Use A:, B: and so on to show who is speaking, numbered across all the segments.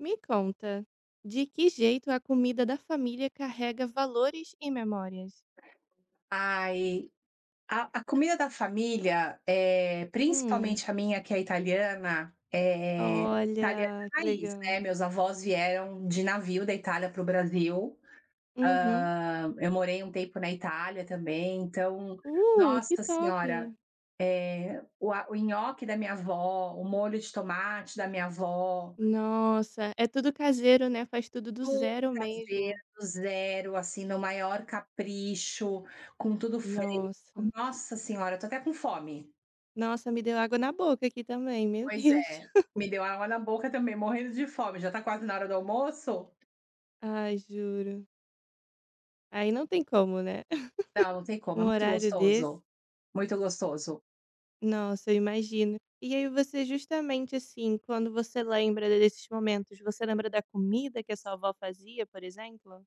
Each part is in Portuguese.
A: Me conta, de que jeito a comida da família carrega valores e memórias?
B: Ai, a comida da família,
A: Hum.
B: principalmente a minha, que é italiana,
A: Olha,
B: é
A: que
B: raiz,
A: legal.
B: né? Meus avós vieram de navio da Itália para o Brasil.
A: Uhum.
B: Ah, eu morei um tempo na Itália também. Então,
A: Que
B: nossa
A: top!
B: senhora, o nhoque da minha avó, o molho de tomate da minha avó,
A: Nossa, é tudo caseiro, né? Faz tudo do
B: tudo
A: zero
B: caseiro,
A: mesmo.
B: do zero, assim, no maior capricho, com tudo fresco.
A: Nossa,
B: Nossa senhora, eu tô até com fome.
A: nossa, me deu água na boca aqui também, meu
B: Pois
A: Deus.
B: é, me deu água na boca também, morrendo de fome, já tá quase na hora do almoço?
A: Ai, juro. Aí não tem como, né?
B: Não, não tem como,
A: Um
B: é muito
A: horário desse.
B: gostoso, muito gostoso.
A: Nossa, eu imagino. E aí você justamente, assim, quando você lembra desses momentos, você lembra da comida que a sua avó fazia, por exemplo?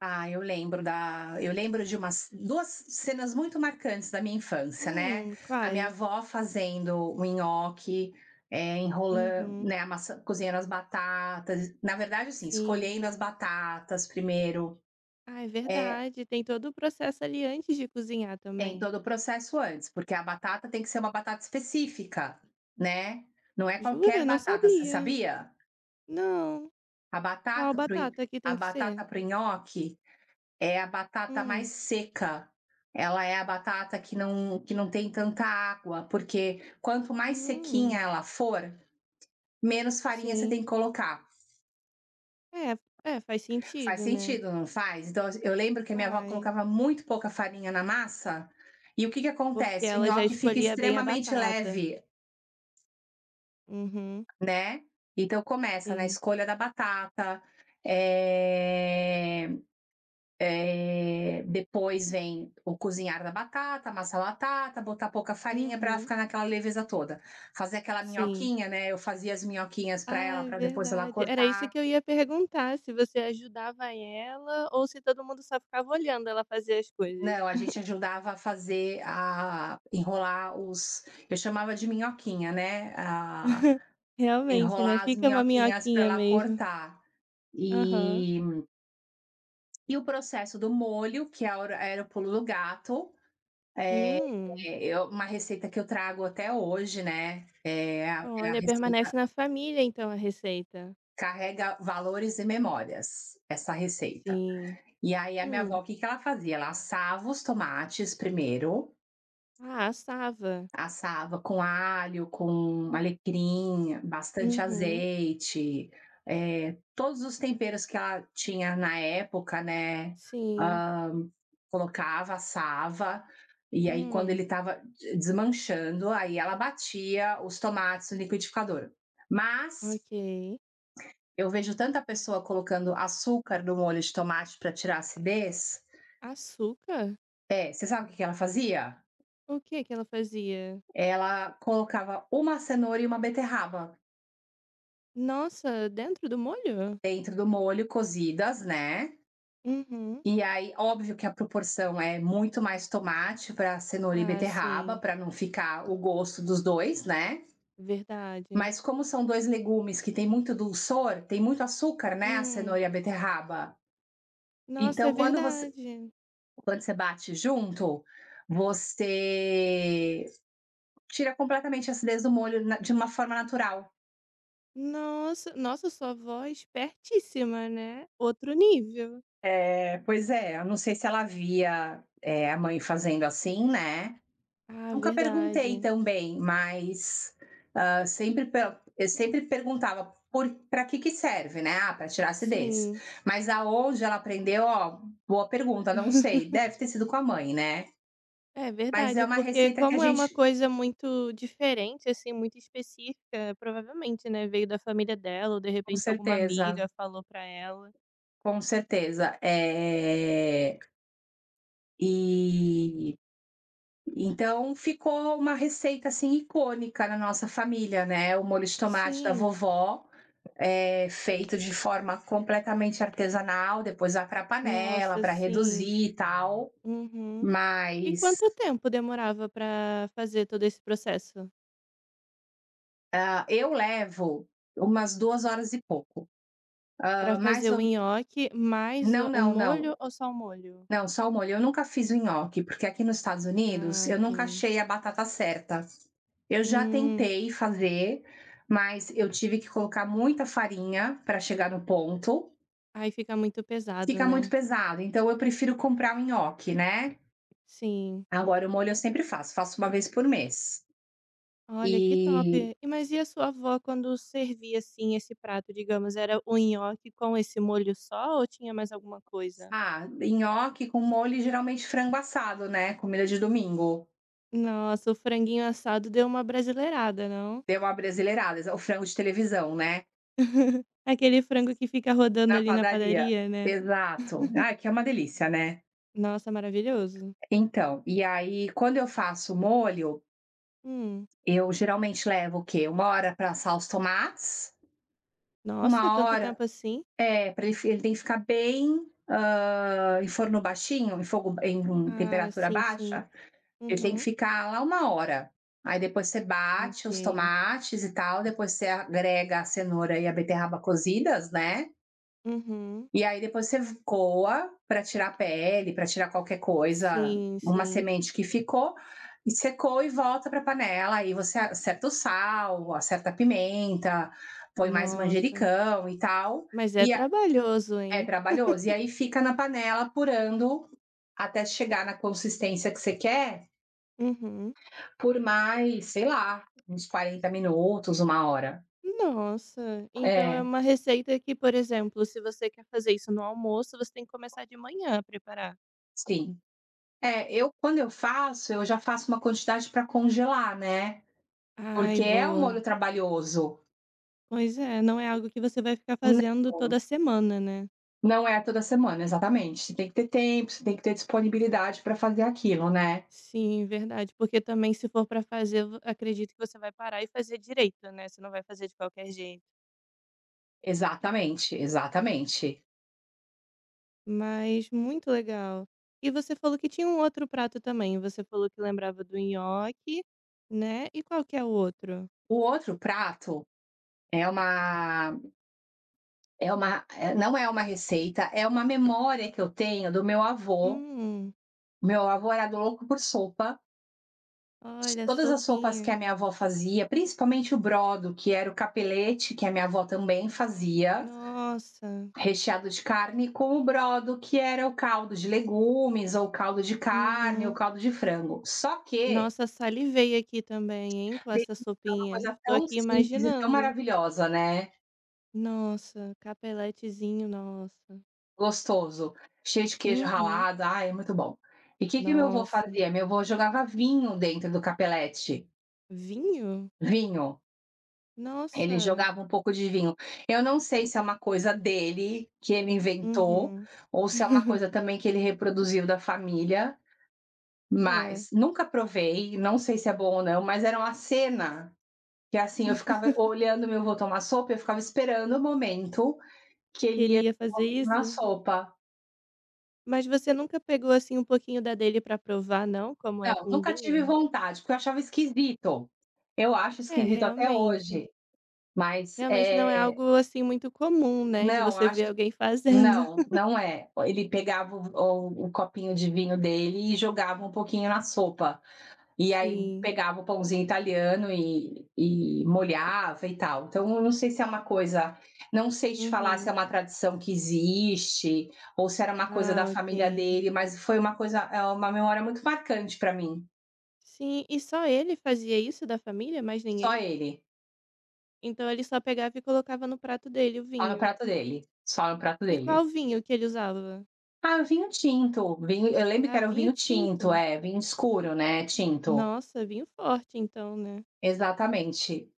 B: Ah, eu lembro de umas 2 cenas muito marcantes da minha infância, né, a minha
A: Quais?
B: avó fazendo o nhoque, enrolan
A: Uhum,
B: né, amassa, cozinhando as batatas, na verdade, assim,
A: sim.
B: escolhendo as batatas primeiro.
A: Ah, é
B: eh
A: verdade, tem todo o processo ali antes de cozinhar
B: Tem
A: também.
B: todo o processo antes, porque a batata tem que ser uma batata específica, né. Não é
A: Jura?
B: qualquer
A: Não
B: batata, você
A: sabia.
B: sabia?
A: Não.
B: A
A: Qual
B: batata para nho
A: batata que
B: a
A: tem que ser?
B: batata para o nhoque é a batata mais
A: Hum.
B: seca, ela é a batata que não tem tanta água, porque quanto mais sequinha
A: Hum,
B: ela for, menos farinha você tem
A: sim.
B: que colocar.
A: É, é, faz
B: Faz
A: sentido, né?
B: sentido, não faz? Então eu lembro que a minha avó
A: Faz.
B: colocava muito pouca farinha na massa. E o que que
A: Porque
B: acontece? O
A: ela já
B: nhoque fica
A: escolhia bem a
B: extremamente
A: batata.
B: leve.
A: Uhum,
B: Né. Então começa na
A: sim.
B: escolha da batata. eh Depois vem o cozinhar da batata, amassar a batata, botar pouca farinha para ela
A: Uhum.
B: ficar naquela leveza toda. Fazer aquela
A: Sim.
B: minhoquinha, né? Eu fazia as minhoquinhas para
A: Ah,
B: ela,
A: é
B: para depois ela
A: verdade. Era isso
B: cortar.
A: que eu ia perguntar, se você ajudava ela ou se todo mundo só ficava olhando ela fazer as coisas.
B: Não, a gente ajudava a fazer, a enrolar os, eu chamava de minhoquinha, né, a
A: Realmente, né,
B: enrolar as
A: fica uma
B: minhoquinhas para
A: minhoquinha
B: ela
A: mesmo.
B: cortar.
A: Aham.
B: E E o processo do molho, que é o era o pulo do gato, é,
A: Hum.
B: eu, uma receita que eu trago até hoje, né, é a
A: Olha,
B: receita,
A: permanece na família então a receita.
B: carrega valores e memórias, essa receita.
A: Sim.
B: E aí, a minha avó,
A: Hum.
B: o que que ela fazia? Ela assava os tomates primeiro.
A: Ah, assava.
B: Assava com alho, com alecrim, bastante
A: Uhum.
B: azeite, todos os temperos que ela tinha na época, né,
A: Sim.
B: hã, colocava, assava, e aí quando
A: Hum,
B: ele estava de desmanchando, aí ela batia os tomates no liquidificador. Mas
A: ok.
B: eu vejo tanta pessoa colocando açúcar no molho de tomate para tirar a acidez.
A: Açúcar?
B: É, você sabe o que que ela fazia?
A: O que que ela fazia?
B: Ela colocava uma cenoura e uma beterraba
A: Nossa, dentro do molho?
B: dentro do molho, cozidas, né?
A: Uhum.
B: E aí, óbvio que a proporção é muito mais tomate para cenoura e
A: Ah,
B: beterraba,
A: sim.
B: para não ficar o gosto dos dois, né?
A: Verdade.
B: Mas como são dois legumes que tem muito dulçor, tem muito açúcar, né? A
A: Hum,
B: cenoura e a beterraba.
A: nossa, é
B: Então, quando você,
A: verdade.
B: quando você bate junto, você tira completamente a acidez do molho, de uma forma natural.
A: Nossa, nossa, sua voz pertíssima né, outro nível.
B: É, pois é, eu não sei se ela via, é, a mãe fazendo assim, né?
A: Ah,
B: Nunca perguntei
A: verdade.
B: também, mas, sempre per eu sempre perguntava, por pra que que serve, né? "Ah, pra tirar acidez."
A: Sim.
B: Mas aonde ela aprendeu, ó, boa pergunta, não sei, deve ter sido com a mãe, né.
A: É
B: Mas é
A: verdade,
B: uma
A: porque
B: receita que a
A: como é uma
B: gente,
A: coisa muito diferente, assim, muito específica, provavelmente, né, veio da família dela ou de
B: com
A: repente alguma
B: certeza,
A: amiga falou pra ela.
B: com certeza. E Então ficou uma receita, assim, icônica na nossa família, né, o molho de tomate da
A: Sim,
B: vovó, feito de forma completamente artesanal, depois vai pra panela
A: nossa,
B: para
A: sim.
B: reduzir e tal,
A: Uhum. E
B: mas,
A: quanto tempo demorava pra fazer todo esse processo?
B: eu levo umas 2 horas e pouco,
A: Pra
B: hã,
A: fazer
B: mais
A: o
B: ou
A: nhoque mais o
B: não,
A: o
B: não,
A: molho
B: não.
A: ou só o molho?
B: Não, só o molho. Eu nunca fiz o nhoque, porque aqui nos Estados Unidos
A: Ah,
B: eu nunca
A: ok.
B: achei a batata certa. Eu já
A: Hum,
B: tentei fazer, mas eu tive que colocar muita farinha para chegar no ponto.
A: aí fica muito pesado,
B: Fica muito
A: né.
B: pesado, então eu prefiro comprar o nhoque, né?
A: Sim.
B: Agora o molho eu sempre faço uma vez por mês.
A: Olha, que
B: E
A: top. E mas e a sua avó quando servia, assim, esse prato, digamos, era o nhoque com esse molho só ou tinha mais alguma coisa?
B: Nhoque com molho, geralmente frango assado, né? Comida de domingo.
A: Nossa, o franguinho assado deu uma brasileirada, não?
B: Deu uma brasileirada, o frango de televisão, né?
A: Aquele frango que fica rodando
B: Na
A: ali na
B: padaria.
A: padaria, né.
B: Exato. Ah, que é uma delícia, né?
A: Nossa, maravilhoso.
B: Então, e aí quando eu faço molho,
A: Hum.
B: eu geralmente levo o quê? 1 hora para assar os tomates.
A: Nossa,
B: uma
A: tanto
B: hora
A: tempo assim?
B: é, para ele fi ele tem que ficar bem, em forno baixinho, em fogo, em
A: Ah,
B: temperatura
A: sim, sim.
B: baixa. Ele tem que
A: Uhum.
B: ficar lá 1 hora. Aí depois você bate os
A: Ok.
B: tomates e tal, depois você agrega a cenoura e a beterraba cozidas, né.
A: Uhum.
B: E aí depois você coa para tirar a pele, para tirar qualquer coisa,
A: Sim,
B: uma
A: sim.
B: semente que ficou, e secou, e volta para a panela. Aí você acerta o sal, acerta a pimenta, põe mais
A: Nossa.
B: manjericão e tal.
A: Mas é
B: E é,
A: trabalhoso,
B: É
A: hein?
B: trabalhoso. E aí fica na panela apurando até chegar na consistência que você quer,
A: Uhum.
B: por mais, sei lá, uns 40 minutos, 1 hora.
A: Nossa. Então é
B: É,
A: uma receita que, por exemplo, se você quer fazer isso no almoço, você tem que começar de manhã a preparar.
B: sim. É, eu, quando eu faço, eu já faço uma quantidade para congelar, né?
A: Ai,
B: Porque é um
A: boa.
B: molho trabalhoso.
A: Pois é, não é algo que você vai ficar
B: N
A: fazendo toda semana, né?
B: Não é toda semana, exatamente. Você tem que ter tempo, você tem que ter disponibilidade para fazer aquilo, né.
A: Sim, verdade. Porque também, se for pra fazer, acredito que você vai parar e fazer direito, né? Você não vai fazer de qualquer jeito.
B: Exatamente, exatamente.
A: Mas muito legal. E você falou que tinha um outro prato também, você falou que lembrava do nhoque, né, e qual que é o outro?
B: O outro prato é uma não é uma receita, é uma memória que eu tenho do meu avô.
A: Hum,
B: Meu avô era louco por sopa.
A: olha,
B: Todas as sopas que
A: sopinha.
B: a minha avó fazia, principalmente o brodo, que era o capelete, que a minha avó também fazia,
A: Nossa,
B: recheado de carne, com o brodo, que era o caldo de legumes, ou caldo de carne, ou
A: uhum.
B: caldo de frango. Só que
A: Nossa, salivei aqui também, hein, com essa
B: delícia, é uma
A: sopinha.
B: coisa
A: Tô
B: tão
A: aqui
B: simples e tão
A: imaginando.
B: maravilhosa, né,
A: Nossa, capeletezinho, nossa.
B: gostoso, cheio de queijo
A: Uhum.
B: ralado, ai, é muito bom. E o que que meu avô
A: Nossa,
B: fazia? Meu avô jogava vinho dentro do capelete,
A: vinho?
B: vinho. Ele
A: Nossa,
B: jogava um pouco de vinho. Eu não sei se é uma coisa dele, que ele inventou,
A: uhum.
B: ou se é uma coisa também que ele reproduziu da família.
A: É.
B: Mas nunca provei, não sei se é bom ou não, mas era uma cena, que, assim, eu ficava olhando meu avô tomar sopa, eu ficava esperando o momento que
A: Que
B: ele
A: ele
B: ia
A: ia fazer isso?
B: na sopa.
A: Mas você nunca pegou, assim, um pouquinho da dele pra provar não, como é
B: Não,
A: com
B: nunca tive
A: vinho?
B: vontade, porque eu achava esquisito. Eu acho
A: É,
B: esquisito até
A: realmente.
B: hoje, mas,
A: Realmente não é algo, assim, muito comum, né, de
B: não,
A: você
B: acho,
A: ver alguém fazendo.
B: não, não é. Ele pegava o copinho de vinho dele e jogava um pouquinho na sopa. E aí
A: Sim.
B: pegava o pãozinho italiano, e molhava e tal. Então, eu não sei se é uma coisa, não sei te falar se é
A: Uhum.
B: uma tradição que existe ou se era uma coisa da
A: Ah, ok.
B: família dele, mas foi uma coisa, é uma memória muito marcante para mim.
A: Sim, e só ele fazia isso da família, mais
B: Só
A: ninguém?
B: ele,
A: Então ele só pegava e colocava no prato dele o
B: só no
A: vinho.
B: prato dele, só no prato
A: E
B: dele.
A: qual vinho que ele usava?
B: Ah, vinho tinto, vinho, eu lembro que
A: Ah,
B: era um
A: vinho
B: vinho tinto,
A: tinto.
B: é, vinho escuro, né, tinto.
A: Nossa, vinho forte então, né.
B: Exatamente.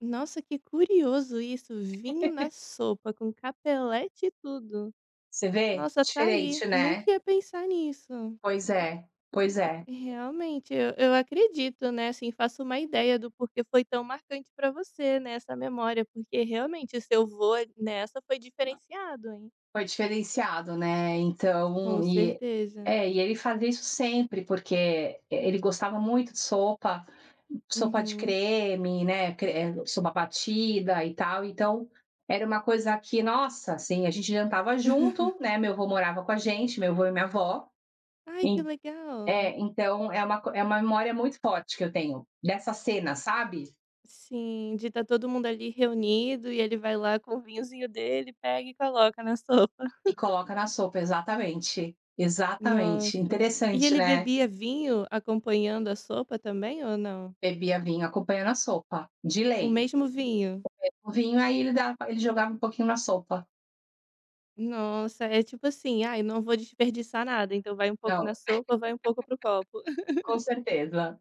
A: Nossa, que curioso isso, vinho na sopa com capelete e tudo.
B: Você vê?
A: Nossa, tá aí,
B: Diferente, né?
A: nunca ia pensar nisso.
B: Pois é, pois é.
A: Realmente, eu acredito, né, assim, faço uma ideia do porquê foi tão marcante pra você, né, essa memória, porque realmente o seu vô nessa foi diferenciado, hein.
B: Foi diferenciado, né,
A: Com
B: então,
A: certeza.
B: e ele fazia isso sempre, porque, ele gostava muito de sopa, sopa de
A: Uhum.
B: creme, né, sopa batida e tal, então era uma coisa que, nossa, assim, a gente jantava junto, né, meu avô morava com a gente, meu avô e minha avó,
A: Ai, que
B: en
A: legal.
B: então é uma co é uma memória muito forte que eu tenho dessa cena, sabe,
A: Sim, de estar todo mundo ali reunido e ele vai lá com o vinhozinho dele, pega e coloca na sopa.
B: e coloca na sopa, exatamente, exatamente,
A: Nossa. E
B: interessante,
A: ele
B: né.
A: bebia vinho acompanhando a sopa também ou não?
B: Bebia vinho acompanhando a sopa, de
A: O
B: lei.
A: mesmo vinho?
B: O vinho, aí ele jogava um pouquinho na sopa.
A: Nossa, é tipo assim: "Ai, não vou desperdiçar nada, então vai um pouco
B: Não,
A: na sopa, vai um pouco pro copo".
B: com certeza.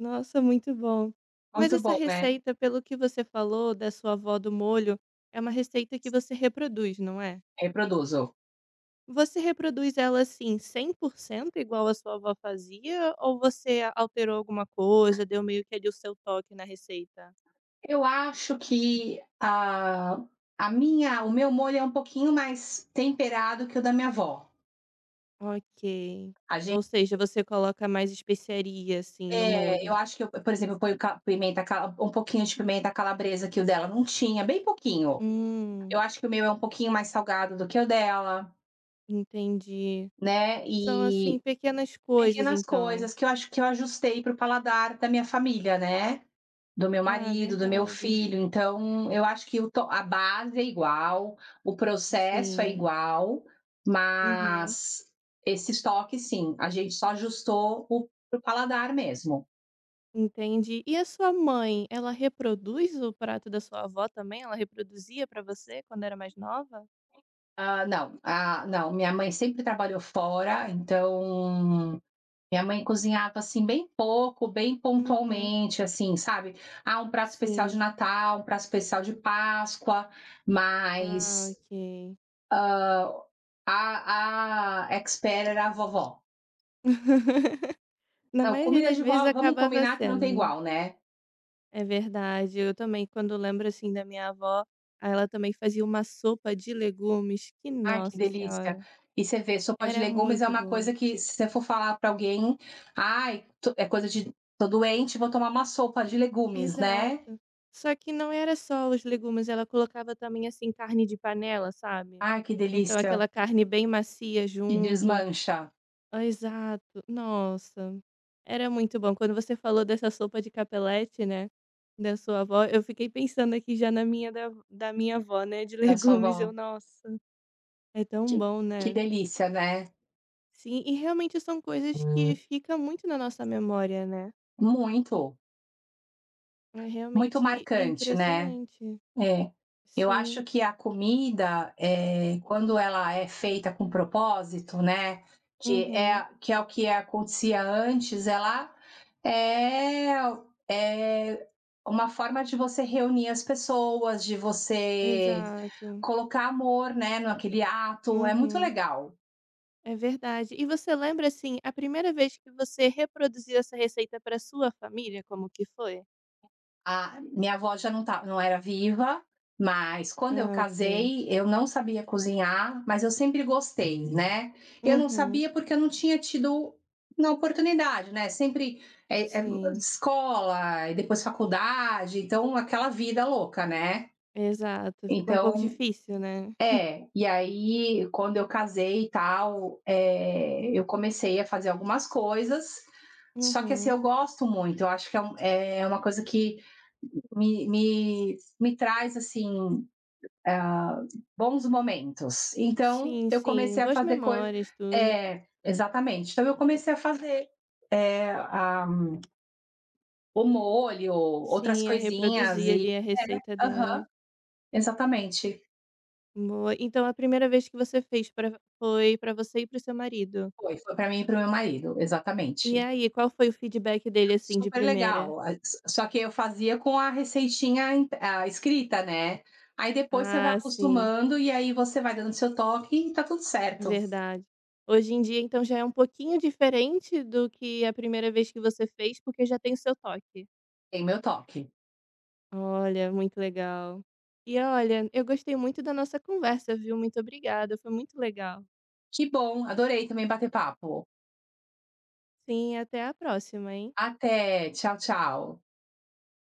A: Nossa, muito bom. Mas
B: Muito
A: essa
B: bom, né,
A: receita, pelo que você falou da sua avó do molho, é uma receita que você reproduz, não é?
B: reproduzo.
A: Você reproduz ela, assim, 100% igual a sua avó fazia ou você alterou alguma coisa, deu meio que ali o seu toque na receita?
B: Eu acho que a minha o meu molho é um pouquinho mais temperado que o da minha avó.
A: Ok.
B: A gente
A: Ou seja, você coloca mais especiaria, assim, no
B: eu
A: molho.
B: acho que eu, por exemplo, eu ponho ca pimenta cala um pouquinho de pimenta calabresa que o dela não tinha, bem pouquinho.
A: Hum,
B: Eu acho que o meu é um pouquinho mais salgado do que o dela,
A: entendi.
B: né,
A: São, assim, pequenas coisas
B: pequenas
A: então.
B: coisas que eu acho que eu ajustei para o paladar da minha família, né, do meu
A: Ah,
B: marido, do meu
A: verdade.
B: filho, então eu acho que o to a base é igual, o processo é
A: Sim.
B: igual,
A: Uhum.
B: mas esses toques sim, a gente só ajustou o para o paladar mesmo.
A: Entendi. E a sua mãe, ela reproduz o prato da sua avó também? Ela reproduzia pra você quando era mais nova?
B: Ah, não, ah, não, minha mãe sempre trabalhou fora. Então, minha mãe cozinhava, assim, bem pouco, bem
A: Uhum.
B: pontualmente, assim, sabe? Ah, um prato especial de
A: Sim.
B: Natal, um prato especial de Páscoa, mas,
A: Ah, ok.
B: ah, a expert era a vovó.
A: Na
B: Não,
A: maioria
B: comida
A: das
B: de
A: vezes
B: vó, vamos
A: acabava
B: combinar, que não
A: sendo,
B: tem
A: né.
B: igual, né?
A: É verdade. Eu também, quando lembro, assim, da minha avó, ela também fazia uma sopa de legumes que,
B: Ai, que
A: nossa
B: delícia.
A: senhora,
B: E você vê, sopa de
A: era
B: legumes é
A: muito
B: uma
A: boa.
B: coisa que, se você for falar para alguém: "Ai, to é coisa de tô doente, vou tomar uma sopa de legumes", né?
A: Exato. Só que não era só os legumes, ela colocava também, assim, carne de panela, sabe.
B: Ai, que
A: Então
B: delícia,
A: aquela carne bem macia
B: que
A: junto.
B: desmancha,
A: Ah, exato. Nossa, era muito bom. Quando você falou dessa sopa de capelete, né, da sua avó, eu fiquei pensando aqui já na minha da minha avó, né, de
B: da sua
A: legumes, eu:
B: vó.
A: "Nossa, é tão
B: Que
A: bom,
B: que
A: né".
B: delícia, né.
A: Sim, e realmente são coisas que ficam muito na nossa memória, né.
B: Muito,
A: É
B: muito
A: realmente
B: marcante, né.
A: impressionante.
B: É. Eu
A: Sim.
B: acho que a comida, quando ela é feita com propósito, né,
A: Uhum.
B: que é o que acontecia antes, ela é é uma forma de você reunir as pessoas, de você
A: Exato.
B: colocar amor, né, naquele ato, é muito
A: Uhum.
B: legal.
A: É verdade. E você lembra, assim, a primeira vez que você reproduziu essa receita para sua família, como que foi?
B: A minha avó já não tá não era viva, mas quando eu
A: Ah, ok.
B: casei, eu não sabia cozinhar, mas eu sempre gostei, né. Eu não
A: Uhum.
B: sabia, porque eu não tinha tido na oportunidade, né, sempre, eh eh,
A: Sim,
B: escola e depois faculdade, então aquela vida louca, né.
A: exato. Fica um pouco
B: Então,
A: difícil, né?
B: e aí quando eu casei e tal, eu comecei a fazer algumas coisas, só que, assim,
A: Uhum.
B: eu gosto muito, eu acho que é uma coisa que me traz, assim, bons momentos. Então
A: Sim,
B: eu
A: sim.
B: comecei a
A: Boas
B: fazer coisa.
A: memórias, tudo.
B: É, exatamente. Então eu comecei a fazer, é, a, o molho, outras
A: Sim, a
B: coisinhas
A: reproduzir
B: e.
A: ali a receita
B: Aham,
A: dela.
B: exatamente.
A: Boa. Então a primeira vez que você fez pra foi para você e para o seu marido.
B: Foi para mim e para o meu marido,
A: E
B: exatamente.
A: aí, qual foi o feedback dele, assim, de
B: Super
A: primeira?
B: legal. Só que eu fazia com a receitinha, a escrita, né? Aí depois você vai
A: Ah, sim.
B: acostumando e aí você vai dando seu toque e tá tudo certo.
A: Verdade. Hoje em dia, então, já é um pouquinho diferente do que a primeira vez que você fez, porque já tem o seu toque.
B: Tem meu toque.
A: Olha, muito legal. E olha, eu gostei muito da nossa conversa, viu? Muito obrigada, foi muito legal.
B: Que bom, adorei também bater papo.
A: Sim, até a próxima, hein?
B: Até, tchau, tchau.